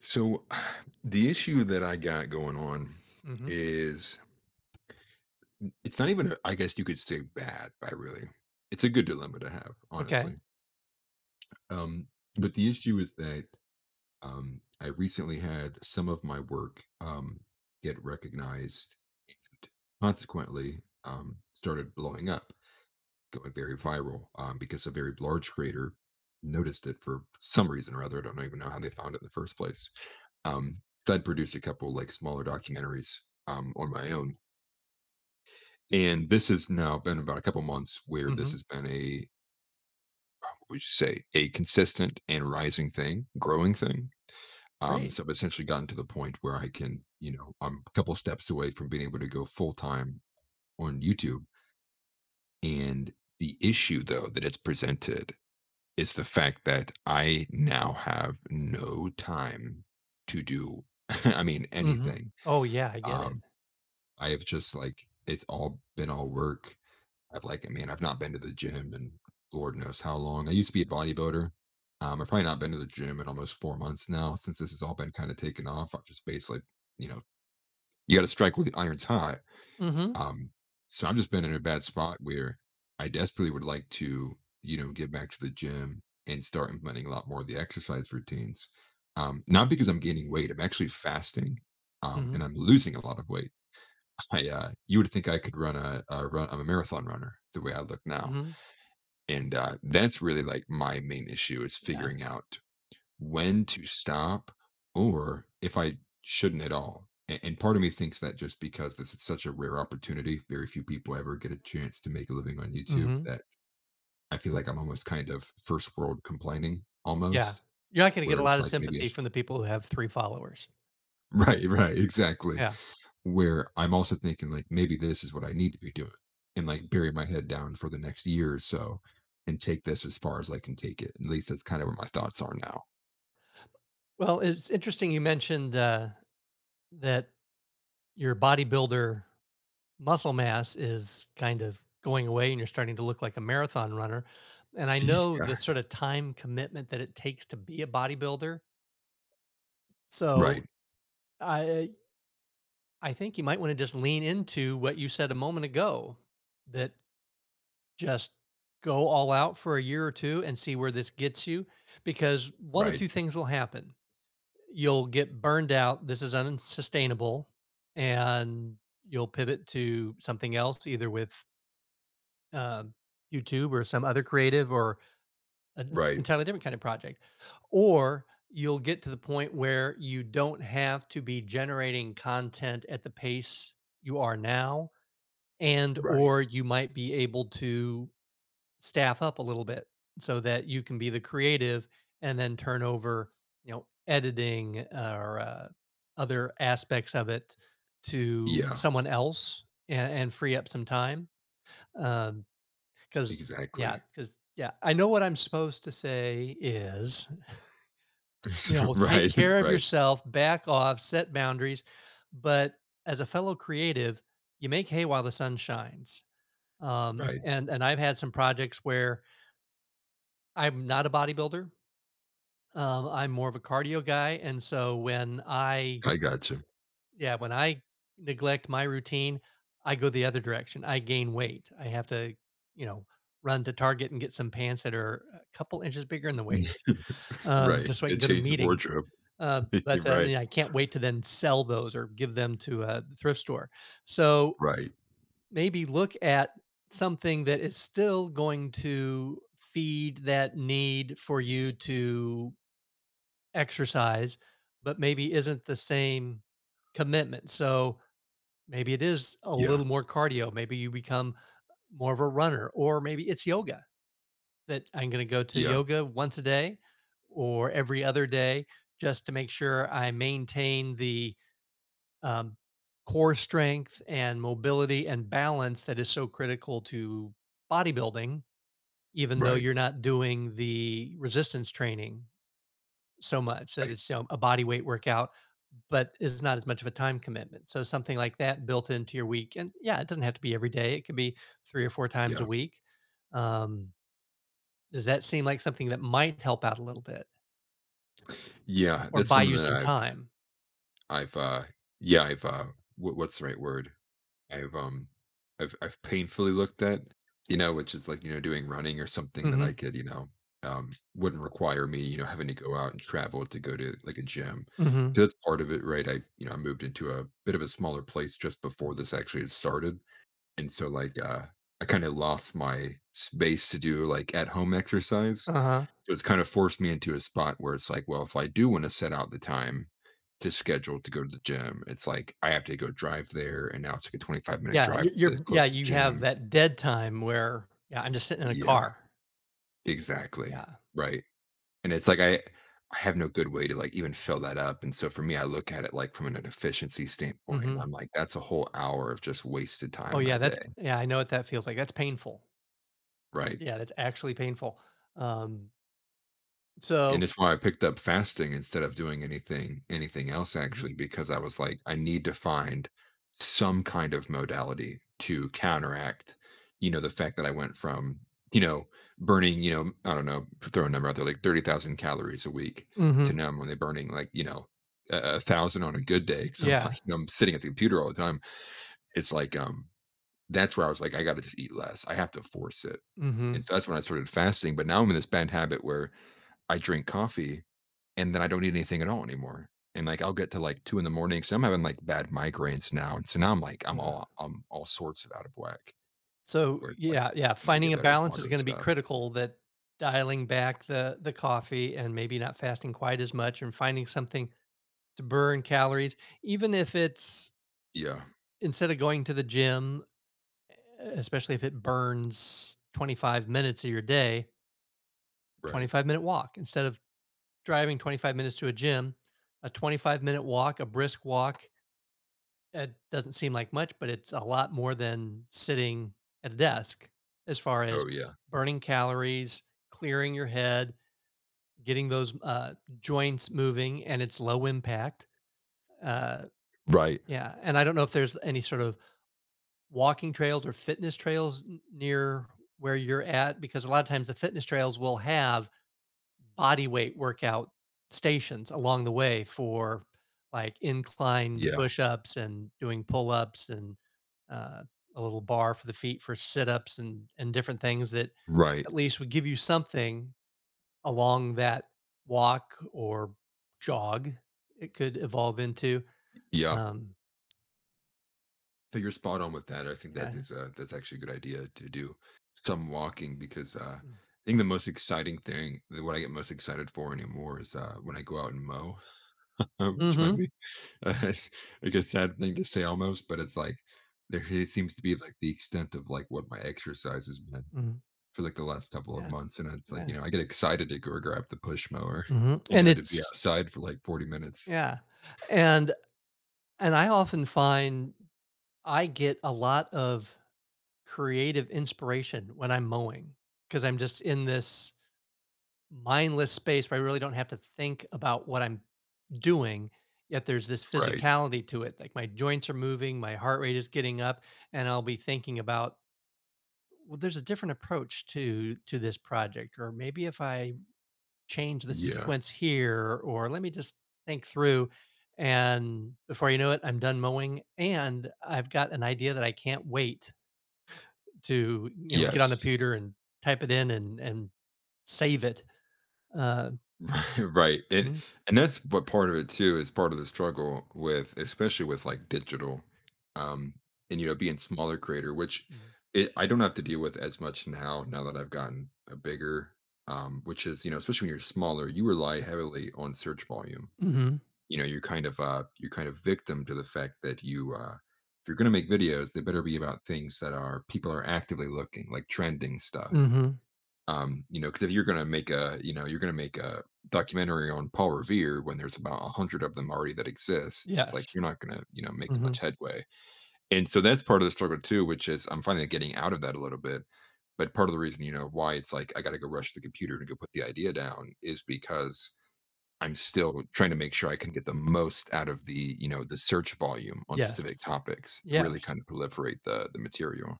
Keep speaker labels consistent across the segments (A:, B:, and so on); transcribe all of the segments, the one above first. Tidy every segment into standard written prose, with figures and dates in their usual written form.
A: So the issue that I got going on
B: Mhm.
A: is it's not even a, I guess you could say bad, I really. It's a good dilemma to have,
B: Okay.
A: honestly. Um but the issue is that I recently had some of my work get recognized and consequently started blowing up, going very viral because a very large creator noticed it for some reason or other. I don't even know how they found it in the first place. Um, so I'd produced a couple like smaller documentaries, on my own, and this has now been about a couple months where this
B: Mhm.
A: has been a what would you say a consistent and rising thing, growing thing. Um,
B: Great.
A: so I've essentially gotten to the point where I can, I'm a couple steps away from being able to go full time on YouTube. And the issue though that it's presented is the fact that I now have no time to do, I mean,
B: Mhm.
A: anything.
B: Oh, yeah, I get it.
A: Um, I have just like it's all been all work. I've like, man, I've not been to the gym and Lord knows how long. I used to be a bodybuilder. I've probably not been to the gym in almost 4 months now since this has all been kind of taken off. I've just basically, you know, you got to strike with the iron's hot.
B: Mhm.
A: Um, so I've just been in a bad spot where I desperately would like to, get back to the gym and start implementing a lot more of the exercise routines. Not because I'm gaining weight, I'm actually fasting,
B: Mhm.
A: and I'm losing a lot of weight. You would think I could run a run. I'm a marathon runner the way I look now,
B: Mhm.
A: and that's really like my main issue is
B: Yeah.
A: figuring out when to stop or if I shouldn't at all. And part of me thinks that just because this is such a rare opportunity, very few people ever get a chance to make a living on YouTube.
B: Mhm.
A: That I feel like I'm almost kind of first world complaining
B: Yeah.
A: almost,
B: You're not gonna get
A: where
B: a lot
A: it's
B: of
A: like maybe I
B: sympathy
A: should.
B: from the people who have 3 followers.
A: Right, right, exactly.
B: Yeah.
A: Where I'm also thinking like maybe this is what I need to be doing and like bury my head down for the next year or so and take this as far as I can take it. At least that's kind of where my thoughts are now.
B: Well, it's interesting you mentioned, that your bodybuilder muscle mass is kind of going away and you're starting to look like a marathon runner, and I know
A: Yeah.
B: the sort of time commitment that it takes to be a bodybuilder.
A: Right.
B: So, I I think you might want to just lean into what you said a moment ago, that just go all out for a year or two and see where this gets you. Because one of
A: Right.
B: two things will happen: you'll get burned out. This is unsustainable. And you'll pivot to something else, either with um, YouTube or some other creative or an
A: Right.
B: entirely different kind of project. Or you'll get to the point where you don't have to be generating content at the pace you are now, and
A: Right.
B: or you might be able to staff up a little bit so that you can be the creative and then turn over editing or other aspects of it to
A: Yeah.
B: someone else, and free up some time. um because
A: Exactly.
B: yeah because yeah, I know what I'm supposed to say is, take
A: Right.
B: care of
A: Right.
B: yourself, back off, set boundaries. But as a fellow creative, you make hay while the sun shines. um,
A: Right.
B: and and I've had some projects where I'm not a bodybuilder. I'm more of a cardio guy, and so when I
A: I got you.
B: yeah, when I neglect my routine, I go the other direction. I gain weight. I have to, you know, run to Target and get some pants that are a couple inches bigger in the waist,
A: Right.
B: just so I can
A: It
B: go to
A: changed the
B: meetings.
A: wardrobe.
B: Uh, but
A: You're
B: uh,
A: right.
B: yeah, I can't wait to then sell those or give them to a thrift store. So
A: Right.
B: maybe look at something that is still going to feed that need for you to exercise, but maybe isn't the same commitment. So maybe it is a
A: Yeah.
B: little more cardio. Maybe you become more of a runner, or maybe it's yoga, that I'm going to go to
A: Yeah.
B: yoga once a day or every other day just to make sure I maintain the um, core strength and mobility and balance that is so critical to bodybuilding, even though
A: Right.
B: you're not doing the resistance training so much, that
A: Right.
B: it's a body weight workout, but is not as much of a time commitment. So something like that built into your week. And yeah, it doesn't have to be every day. It could be three or four times a
A: Yeah.
B: week. Um, does that seem like something that might help out a little bit
A: Yeah.
B: or
A: That's
B: buy
A: something
B: you
A: that
B: some
A: I've
B: time?
A: I've uh yeah, I've what's the right word? I've um I've painfully looked at, which is like, doing running or something that
B: Mm-hmm.
A: I could, wouldn't require me, having to go out and travel to go to like a gym.
B: Mm-hmm.
A: 'Cause that's part of it, right? You know, I moved into a bit of a smaller place just before
B: Mm-hmm.
A: this actually had started. And so like I kind of lost my space to do like at home exercise
B: Uh-huh.
A: so it's kind of forced me into a spot where it's like, well, if I do want to set out the time to schedule to go to the gym, it's like I have to go drive there, and now it's like a 25-minute
B: Yeah,
A: drive to the closest
B: you have
A: gym.
B: that dead time where I'm just sitting in a
A: Yeah,
B: car.
A: exactly,
B: Yeah.
A: right, and it's like I have no good way to, like, even fill that up, and so for me, I look at it, like, from an efficiency standpoint, and
B: Mhm.
A: I'm like, "That's a whole hour of just wasted
B: Oh,
A: time
B: yeah,
A: that day,"
B: I know what that feels like, that's painful.
A: right?
B: Yeah, that's actually painful. Um,
A: And
B: so.
A: it's why I picked up fasting instead of doing anything else actually
B: Mhm.
A: because I was like, "I need to find some kind of modality to counteract," you know, the fact that I went from, you know, burning, I don't know, throw a number out there, like 30,000 calories a week to
B: Mhm.
A: now I'm only burning like, a 1,000 on a good day. Day 'cause I'm
B: Yeah.
A: like, I'm sitting at the computer all the time. It's like, that's where I was like, "I gotta just eat less. I have to force it." And
B: Mhm.
A: so that's when I started fasting, but now I'm in this bad habit where I drink coffee and then I don't eat anything at all anymore. And like I'll get to like two in the morning. So I'm having like bad migraines now. And so now I'm like,
B: Yeah.
A: I'm all sorts of out of whack
B: So,
A: where it's like
B: yeah, yeah,
A: I need to
B: finding
A: get
B: a
A: better
B: balance
A: water
B: is
A: and
B: gonna be
A: stuff.
B: critical, that dialing back the coffee and maybe not fasting quite as much and finding something to burn calories, even if it's
A: Yeah.
B: instead of going to the gym, especially if it burns 25 minutes of your day,
A: Right.
B: 25-minute walk instead of driving 25 minutes to a gym, a 25-minute walk, a brisk walk. It doesn't seem like much, but it's a lot more than sitting at a desk as far as
A: Oh yeah.
B: burning calories, clearing your head, getting those joints moving, and it's low impact. Uh,
A: Right.
B: yeah. And I don't know if there's any sort of walking trails or fitness trails n near where you're at? Because a lot of times the fitness trails will have body weight workout stations along the way for, like, incline
A: Yeah.
B: push-ups and doing pull-ups and, uh, a little bar for the feet for sit-ups and different things that
A: Right.
B: at least would give you something along that walk or jog it could evolve into.
A: Yeah.
B: Um,
A: So you're spot on with that. I think
B: yeah.
A: that is that's actually a good idea to do some walking because
B: Mm.
A: I think the most exciting thing, what I get most excited for anymore is when I go out and mow, which might
B: Mhm.
A: be like a sad thing to say almost, but it's like there it seems to be like the extent of like what my exercise has been
B: Mhm.
A: for like the last couple of
B: Yeah,
A: months. And it's like,
B: yeah.
A: I get excited to go grab the push mower,
B: Mhm.
A: you
B: and
A: know, to be
B: it's
A: outside for like 40 minutes.
B: yeah, and and I often find I get a lot of creative inspiration when I'm mowing, because 'cause I'm just in this mindless space where I really don't have to think about what I'm doing, yet there's this
A: Right.
B: physicality to it, like, my joints are moving, my heart rate is getting up, and I'll be thinking about, "Well, there's a different approach to this project," or, "Maybe if I" change the
A: Yeah.
B: sequence here, or let me just think through. And before you know it, I'm done mowing, and I've got an idea that I can't wait to, get on the
A: Yes.
B: computer and type it in and save it. uh
A: Right. It
B: mhm.
A: and that's what part of it too is part of the struggle with especially with like digital um and you know being smaller creator which it, I don't have to deal with as much now now that I've gotten a bigger which is you know especially when you're smaller you rely heavily on search volume.
B: Mhm.
A: You know, you're kind of victim to the fact that you if you're going to make videos they better be about things that are people are actively looking like trending stuff.
B: Mhm.
A: You know, because if you're gonna make a, you know, you're gonna make a documentary on Paul Revere when there's about 100 of them already that exist, it's like
B: Yes.
A: you're not gonna, you know, make much
B: Mhm.
A: headway. And so that's part of the struggle too, which is I'm finally getting out of that a little bit. But part of the reason, you know, why it's like I gotta go rush to the computer to go put the idea down is because I'm still trying to make sure I can get the most out of the, you know, the search volume on specific
B: Yes.
A: topics, to really
B: Yes.
A: kind of proliferate the material.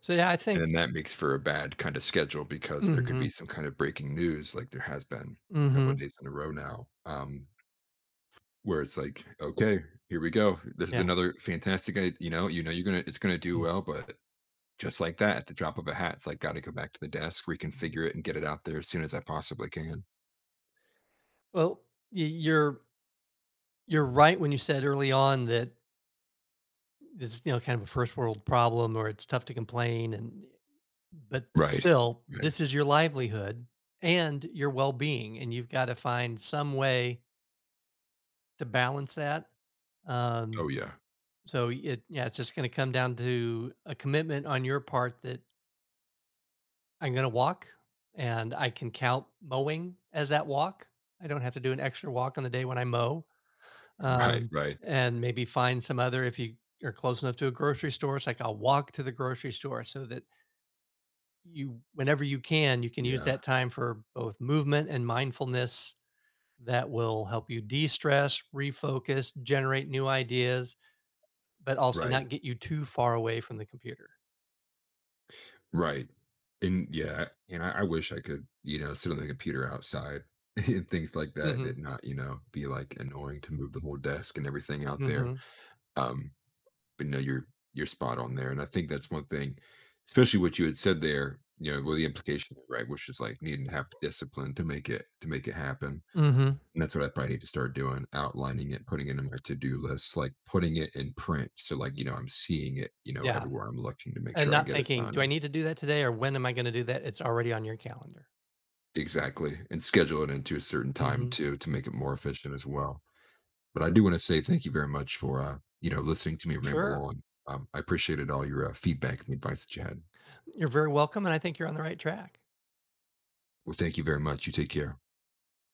B: So yeah, I
A: And
B: think.
A: then that makes for a bad kind of schedule because there could
B: Mhm.
A: be some kind of breaking news like there has been a couple of
B: Mhm.
A: days in a row now, where it's like, "Okay, here we go. This is
B: Yeah.
A: another fantastic I you know you're gonna it's gonna do
B: Mhm.
A: well, but just like that, at the drop of a hat, it's like, gotta go back to the desk, reconfigure
B: Mhm.
A: it, and get it out there as soon as I possibly can."
B: Well, y- you're you're right when you said early on that it's kind of a first world problem, or it's tough to complain, and but
A: Right.
B: still
A: Right.
B: this is your livelihood and your well-being, and you've got to find some way to balance that.
A: Oh,
B: Um
A: yeah.
B: so, it's just going to come down to a commitment on your part that I'm going to walk, and I can count mowing as that walk. I don't have to do an extra walk on the day when I mow.
A: Right,
B: Um
A: right.
B: and maybe find some other, if you are close enough to a grocery store, it's like I'll walk to the grocery store so that you whenever you can use
A: Yeah,
B: that time for both movement and mindfulness that will help you de-stress, refocus, generate new ideas, but also
A: right.
B: not get you too far away from the computer.
A: Right. And yeah, and I wish I could, you know, sit on the computer outside and things like that that
B: Mhm.
A: not, you know, be like annoying to move the whole desk and everything out there.
B: Mhm.
A: Um, but no, you're spot on there. And I think that's one thing, especially what you had said there, you know, well the implication, right, which is like needing to have discipline to make it happen.
B: Mhm.
A: And that's what I probably need to start doing, outlining it, putting it in my to-do list, like putting it in print. So like, you know, I'm seeing it, you know,
B: Yeah,
A: everywhere I'm looking to make
B: and
A: sure I
B: not
A: get it
B: thinking,
A: done.
B: "Do I need to do that today or when am I gonna do that?" It's already on your calendar.
A: Exactly, and schedule it into a certain time
B: Mhm.
A: too to make it more efficient as well. But I do wanna say thank you very much for, you know, listening to me ramble
B: Sure.
A: on. I appreciated all your, feedback and advice that you had.
B: You're very welcome, and I think you're on the right track.
A: Well, thank you very much. You take care.